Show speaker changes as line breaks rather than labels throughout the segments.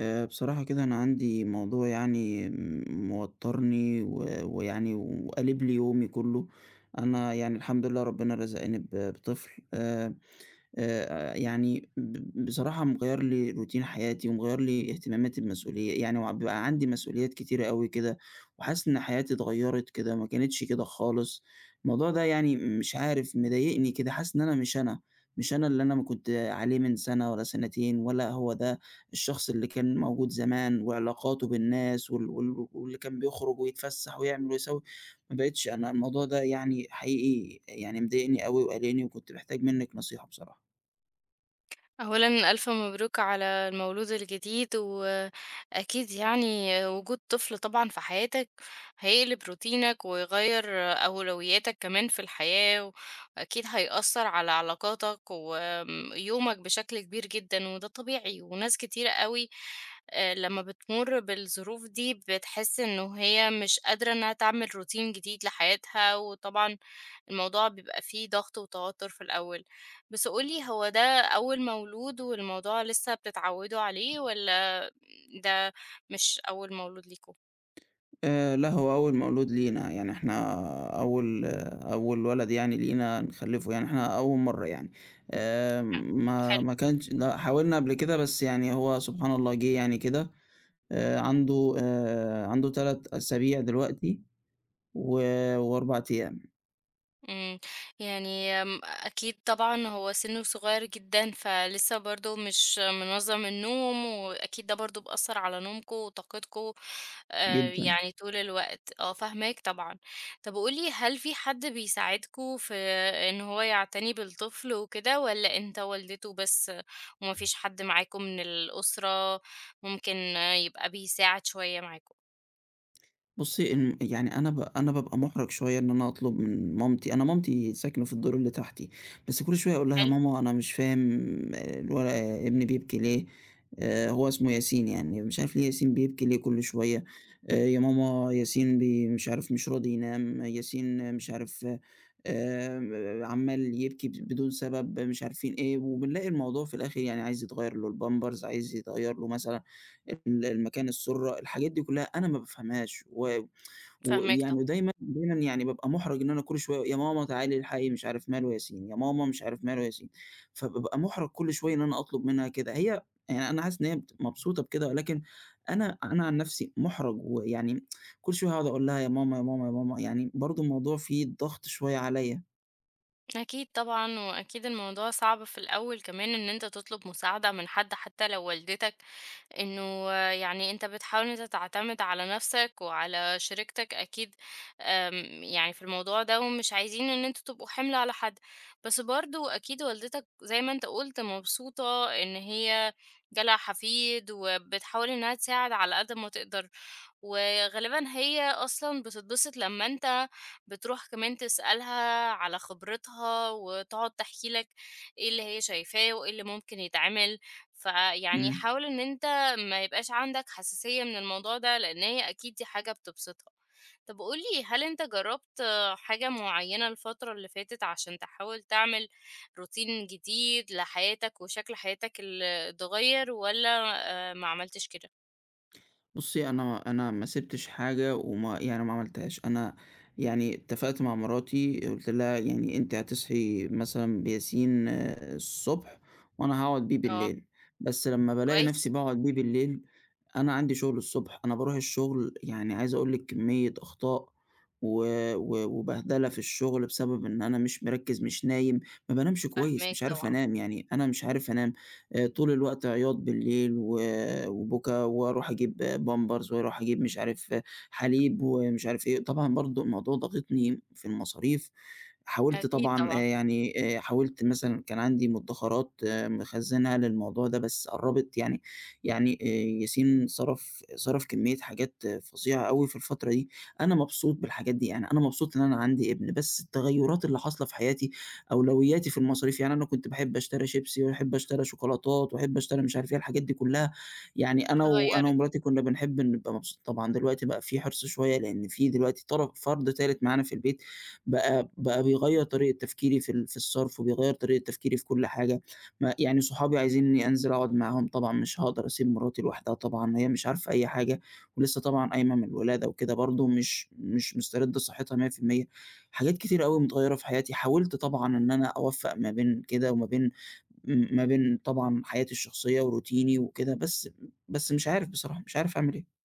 بصراحة كده أنا عندي موضوع يعني موتّرني و ويعني وقالب لي يومي كلّه. أنا يعني الحمد لله ربنا رزقني بطفل. يعني ب بصراحة مغيّر لي روتين حياتي ومغيّر لي اهتماماتي بمسؤولية، يعني بقى عندي مسؤوليات كتيرة أوي كده، وحاسس إن حياتي اتغيّرت كده، ما كانتش كده خالص. الموضوع ده يعني مش عارف، مضايقني كده، حاسس إن أنا مش أنا. مش أنا اللي أنا ما كنت عليه من سنة ولا سنتين، ولا هو ده الشخص اللي كان موجود زمان وعلاقاته بالناس واللي كان بيخرج ويتفسح ويعمل ويسوي. ما بقيتش أنا. الموضوع ده يعني حقيقي يعني مضايقني أوي وقلقني، وكنت محتاج منِّك نصيحة بصراحة.
أولًا ألف مبروك على المولود الجديد، وأكيد يعني وجود طفل طبعًا في حياتك هيقلب روتينك، ويغيّر أولوياتك كمان في الحياة، وأكيد هيأثّر على علاقاتك ويومك بشكل كبير جدًا، وده طبيعي، وناس كتيرة أوي لمّا بتمُر بالظروف دي بتحس إنه هي مش قادرة إنها تعمل routine جديد لحياتها، وطبعًا الموضوع بيبقى فيه ضغط وتوتر في الأول. بس قُل لي هو ده أول مولود والموضوع لسه بتتعودوا عليه والّا ده مش أول مولود ليكم؟
لأ، هو أول مولود لينا، يعني إحنا أول ولد يعني لينا نخلّفه، يعني إحنا أول مرّة يعني. ما كانش، لأ، حاولنا قبل كده بس يعني هو سبحان الله جِه يعني كده. عنده 3 أسابيع دلوقتي و و4 أيام.
إمم، يعني آمم، أكيد طبعًا هو سنُّه صغير جدًا، فلسه برضه مش منظّم النوم، وأكيد ده برضه مأثّر على نومكم وطاقتكم
جدًا.
يعني طول الوقت، آه فاهماك طبعًا. طَب قُل لي هل في حد بيساعدكم في إن هو يعتني بالطفل وكده، والّا أنت والدته بس وما فيش حد معاكم من الأسرة ممكن آه، يبقى بيساعد شوية معاكم؟
بُصّي، إن يعني أنا بابقى مُحرَج شوية إن أنا أطلب من مامتي. أنا مامتي ساكنة في الدور اللي تحتي، بس كل شوية أقول لها: "يا
حلو،
ماما أنا مش فاهم الولد ابني بيبكي ليه؟" هو اسمه ياسين يعني، "مش عارف ليه ياسين بيبكي ليه كل شوية؟" "يا ماما ياسين مش عارف "مش راضي ينام، ياسين مش عارف عمّال يبكي بدون سبب." مش عارفين إيه، وبنلاقي الموضوع في الآخِر يعني عايز يتغيّر له البامبرز، عايز يتغيّر له مثلًا المكان السُرّة، الحاجات دي كُلّها أنا ما بافهمهاش. و
فاهماك
ويعني
طبعًا.
ودايمًا دايمًا يعني بابقى مُحرَج إن أنا كل شوية: يا ماما تعالي الحقي مش عارف ماله ياسين، يا ماما مش عارف ماله ياسين. فبابقى مُحرَج كل شوية إن أنا أطلب منها كده. هي يعني أنا حاسس إن هي مبسوطة بكده، ولكن أنا عن نَفْسي مُحرَج، ويعني كل شوية هاقعد أقول لها يا ماما، يا ماما، يا ماما، يعني برضه الموضوع فيه ضغط شوية عليّا.
أكيد طبعًا، وأكيد الموضوع صعب في الأول كمان إن أنت تطلب مساعدة من حد حتى لو والدتك، إنه يعني أنت بتحاول إن أنت تعتمد على نفسك وعلى شريكتك أكيد آم، يعني في الموضوع ده ومش عايزين إن أنتوا تبقوا حمل على حد بس برضو أكيد والدتك زي ما أنت قلت مبسوطة إن هي جالها حفيد وبتحاول إنها تساعد على قد ما تقدر وغالبا هي أصلا بتتبسط لما أنت بتروح كمان تسألها على خبرتها وتقعد تحكي لك إيه اللي هي شايفاه وإيه اللي ممكن يتعمل فيعني
إمم.
حاول إن أنت ما يبقاش عندك حساسية من الموضوع ده، لإن هي أكيد دي حاجة بتبسطها. طب قُل لي هل أنت جرّبت آه، حاجة معيّنة الفترة اللي فاتت عشان تحاول تعمل روتين جديد لحياتك وشكل حياتك اتغيّر والّا ما عملتش كده؟
بُصّي، أنا ما سِبتش حاجة وما يعني ما عملتهاش. أنا يعني اتفقت مع مراتي قُلت لها: يعني أنتِ هتصحي مثلًا بياسين الصبح، وأنا هاقعد بيه
آه،
بالليل. بس لمّا بالاقي نَفْسي
كويس،
باقعد بيه بالليل، أنا عندي شُغل الصبح، أنا باروح الشُغل، يعني عايز أقول لِك كمية أخطاء و و وبهدلة في الشُغل بسبب إن أنا مش مركِّز، مش نايم، ما بانامش كويس،
فاهماك
مش عارف
طبعًا.
أنام، يعني أنا مش عارف أنام. طول الوقت عياط بالليل وبكا، وأروح أجيب بامبرز وأروح أجيب مش عارف حليب ومش عارف إيه. طبعًا برضه الموضوع ضاغطني في المصاريف. حاولت
أكيد
طبعًا،
طبعًا،
حاولت مثلًا كان عندي مدخرات مخزنها للموضوع ده، بس قرّبت يعني. يعني ياسين صرف كمية حاجات فظيعة أوي في الفترة دي. أنا مبسوط بالحاجات دي، يعني أنا مبسوط إن أنا عندي ابن، بس التغيرات اللي حاصلة في حياتي، أولوياتي في المصاريف، يعني أنا كنت باحب أشتري شيبسي، وأحب أشتري شوكولاتات، وأحب أشتري مش عارف إيه، الحاجات دي كلّها. يعني أنا وأنا
اتغيّرت.
ومراتي كنّا بنحب نبقى طبعًا دلوقتي بقى في حِرص شوية، لإن في دلوقتي طرف فرد تالت معانا في البيت. بقى بيغيّر طريقة تفكيري في الصرف، وبيغيّر طريقة تفكيري في كل حاجة. ما يعني صحابي عايزينّي أنزل أقعد معاهم، طبعًا مش هاقدر أسيب مراتي لوحدها، طبعًا هي مش عارفة أي حاجة ولسه طبعًا قايمة من الولادة وكده، برضه مش مسترِدّة صحّتها 100%. حاجات كتيرة أوي متغيّرة في حياتي، حاولت طبعًا إن أنا أوفّق ما بين كده وما بين، ما بين طبعًا حياتي الشخصية وروتيني وكده، بس مش عارف بصراحة، مش عارف أعمل إيه.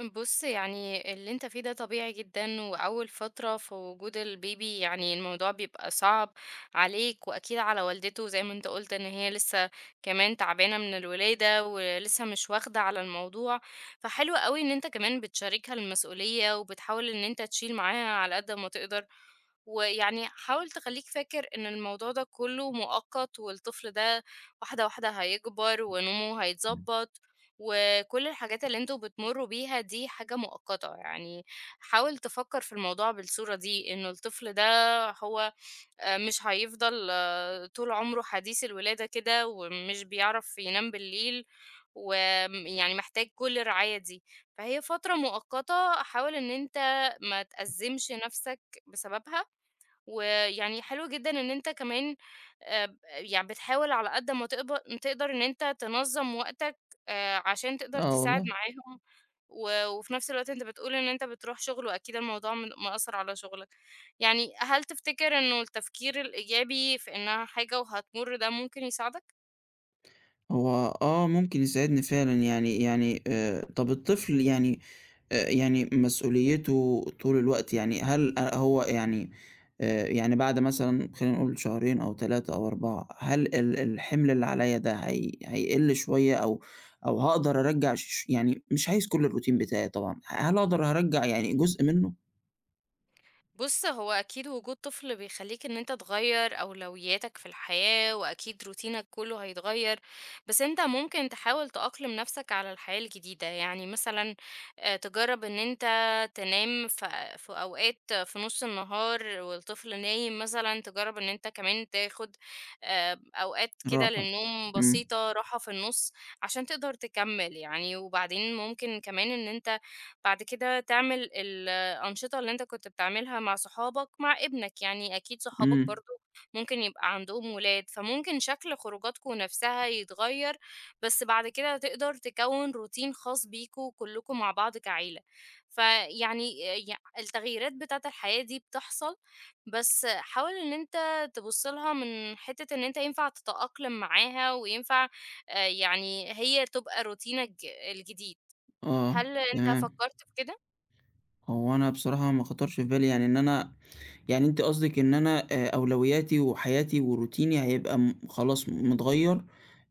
بُص، يعني اللي أنت فيه ده طبيعي جدًا، وأول فترة في وجود البيبي يعني الموضوع بيبقى صعب عليك، وأكيد على والدته زي ما أنت قُلت إن هي لسه كمان تعبانة من الولادة، ولسه مش واخدة على الموضوع، فحلو أوي إن أنت كمان بتشاركها المسؤولية، وبتحاول إن أنت تشيل معاها على قد ما تقدر، ويعني حاول تخلّيك فاكر إن الموضوع ده كله مؤقت، والطفل ده واحدة واحدة هيكبر ونومه هيتضبط، وكل الحاجات اللي أنتم بتمروا بيها دي حاجة مؤقتة يعني حاول تفكر في الموضوع بالصورة دي إنه الطفل ده هو آه، مش هيفضل آه، طول عمره حديث الولادة كده ومش بيعرف ينام بالليل ويعني محتاج كل الرعاية دي فهي فترة مؤقتة حاول إن أنت ما تأزمش نفسك بسببها ويعني حلو جدًا إن أنت كمان ب يعني بتحاول على قد ما تقدر إن أنت تنظّم وقتك عشان تقدر
آه
تساعد
والله.
معاهم، وفي نفس الوقت أنت بتقول إن أنت بتروح شغل وأكيد الموضوع مأثّر على شغلك. يعني هل تفتكر إنه التفكير الإيجابي في إنها حاجة وهتمُر ده ممكن يساعدك؟
هو آه، ممكن يساعدني فعلًا، يعني طَب الطفل يعني، يعني مسؤوليته طول الوقت، يعني هل أ هو يعني، يعني بعد مثلًا خلّينا نقول شهرين أو 3 أو 4، هل الحِمل اللي عليَّ ده هيقِل شوية، أو هاقدر أرجّع يعني مش عايز كل الروتين بتاعي طبعًا، هل أقدر أرجّع يعني جزء منه؟
بُص، هو أكيد وجود طفل بيخلّيك إن أنت تغيّر أولوياتك في الحياة، وأكيد روتينك كلّه هيتغيّر، بس أنت ممكن تحاول تأقلم نَفْسك على الحياة الجديدة، يعني مثلًا تجرّب إن أنت تنام في أوقات في نُص النهار والطفل نايم مثلًا، تجرّب إن أنت كمان تاخُد أوقات كده
راحة.
للنوم
إمم.
بسيطة، راحة في النُص عشان تقدر تكمّل يعني، وبعدين ممكن كمان إن أنت بعد كده تعمل الأنشطة اللي أنت كنت بتعملها مع صحابك مع ابنك، يعني أكيد صحابك
إمم.
برضه ممكن يبقى عندهم ولاد، فممكن شكل خروجاتكم نفسها يتغيّر، بس بعد كده تقدر تكوّن روتين خاص بيكم كلّكم مع بعض كعيلة. فيعني التغييرات بتاعة الحياة دي بتحصل، بس حاول إن أنت تبُص لها من حتّة إن أنت ينفع تتأقلم معاها وينفع يعني هي تبقى روتينك الجديد.
آه.
هل أنت
تمام.
فكّرت في كده؟
هو أنا بصراحة ما خطرش في بالي يعني إن أنا، يعني أنتِ قصدِك إن أنا أولوياتي وحياتي وروتيني هيبقى خلاص متغيّر،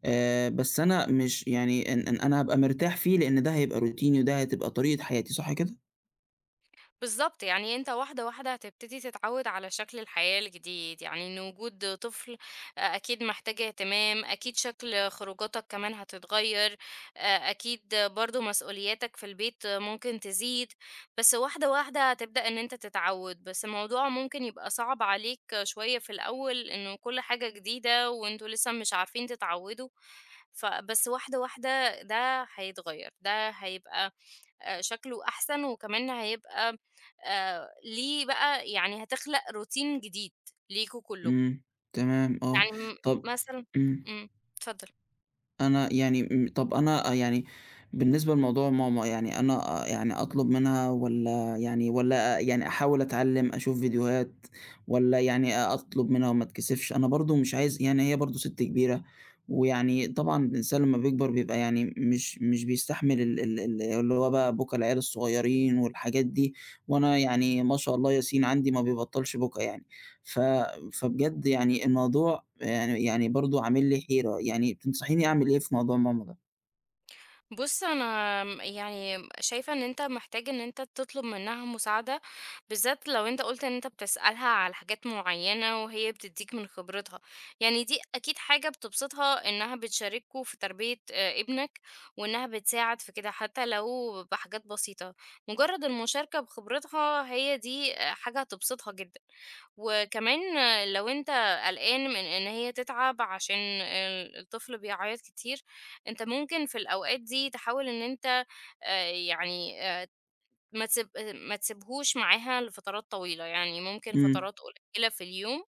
بس أنا مش يعني إن أنا هابقى مرتاح فيه، لإن ده هيبقى روتيني وده هتبقى طريقة حياتي، صح كده؟
بالضبط، يعني أنت واحدة، واحدة هتبتدي تتعوّد على شكل الحياة الجديد، يعني إن وجود طفل أكيد محتاج اهتمام، أكيد شكل خروجاتك كمان هتتغيّر، أكيد برضه مسؤولياتك في البيت ممكن تزيد، بس واحدة، واحدة هتبدأ إن أنت تتعوّد، بس الموضوع ممكن يبقى صعب عليك شوية في الأول، إنه كل حاجة جديدة وأنتم لسه مش عارفين تتعوّدوا، فبس واحدة، واحدة ده هيتغيّر، ده هيبقى شكله أحسن وكمان هيبقى ليه بقى يعني هتخلق روتين جديد ليكم كلكم،
إمم. تمام، آه.
يعني م
طب،
مثلًا
إمم.
إمم، اتفضل.
أنا يعني طَب أنا يعني بالنسبة لموضوع ماما، يعني أنا يعني أطلب منها، والّا يعني أحاول أتعلّم، أشوف فيديوهات، والّا يعني أطلب منها وما اتكسفش؟ أنا برضه مش عايز، يعني هي برضه سِت كبيرة، ويعني طبعًا الإنسان لمّا بيكبر بيبقى يعني مش بيستحمل ال ال ال اللي هو بقى بُكا العيال الصغيّرين والحاجات دي، وأنا يعني ما شاء الله ياسين عندي ما بيبطّلش بُكا يعني. ف فبجد يعني الموضوع يعني، برضه عامل لي حيرة، يعني تنصحيني أعمل إيه في موضوع ماما ده؟
بُص، أنا م يعني شايفة إن أنت محتاج إن أنت تطلب منها مساعدة، بالذات لو أنت قُلت إن أنت بتسألها على حاجات معيّنة وهي بتدّيك من خبرتها. يعني دي أكيد حاجة بتبسطها إنها بتشارككم في تربية ابنك وإنها بتساعد في كده حتى لو بحاجات بسيطة. مجرّد المشاركة بخبرتها هي دي حاجة هتبسطها جدًا. وكمان لو أنت قلقان من إن هي تتعب عشان الطفل بيعيّط كتير، أنت ممكن في الأوقات دي تحاول إن أنت آآ يعني آآ ما تسيب آه، ما تسيبهوش معاها لفترات طويلة، يعني ممكن
إمم.
فترات قليلة في اليوم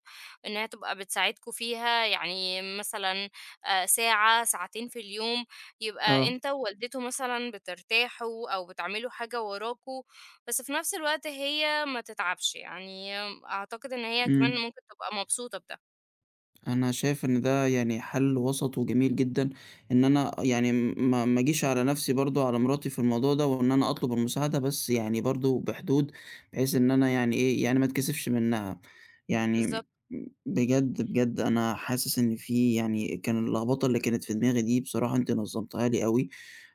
إنها تبقى بتساعدكم فيها، يعني مثلًا ساعة، ساعتين في اليوم، يبقى
آه.
أنت ووالدته مثلًا بترتاحوا أو بتعملوا حاجة وراكم، بس في نفس الوقت هي ما تتعبش، يعني أعتقد إن هي كمان
إمم.
ممكن تبقى مبسوطة بده.
أنا شايف إن ده يعني حل وسط وجميل جدًا، إن أنا يعني ما أجيش على نفسي برضه على مراتي في الموضوع ده، وإن أنا أطلب المساعدة، بس يعني برضه بحدود، بحيث إن أنا يعني إيه، يعني ما أتكسفش منها. يعني
بالضبط،
بجد، بجد أنا حاسس إن في، يعني كان اللخبطة اللي كانت في دماغي دي بصراحة أنتِ نظمتيها لي أوي،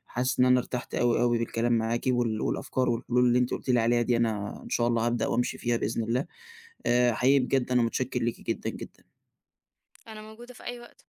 حاسس إن أنا ارتحت أوي، أوي بالكلام معاكِ والأفكار والحلول اللي أنتِ قلتِ لي عليها دي، أنا إن شاء الله هابدأ وأمشي فيها بإذن الله. حقيقي بجد أنا متشكر ليكِ جدًا، جدًا.
أنا موجودة في أي وقت.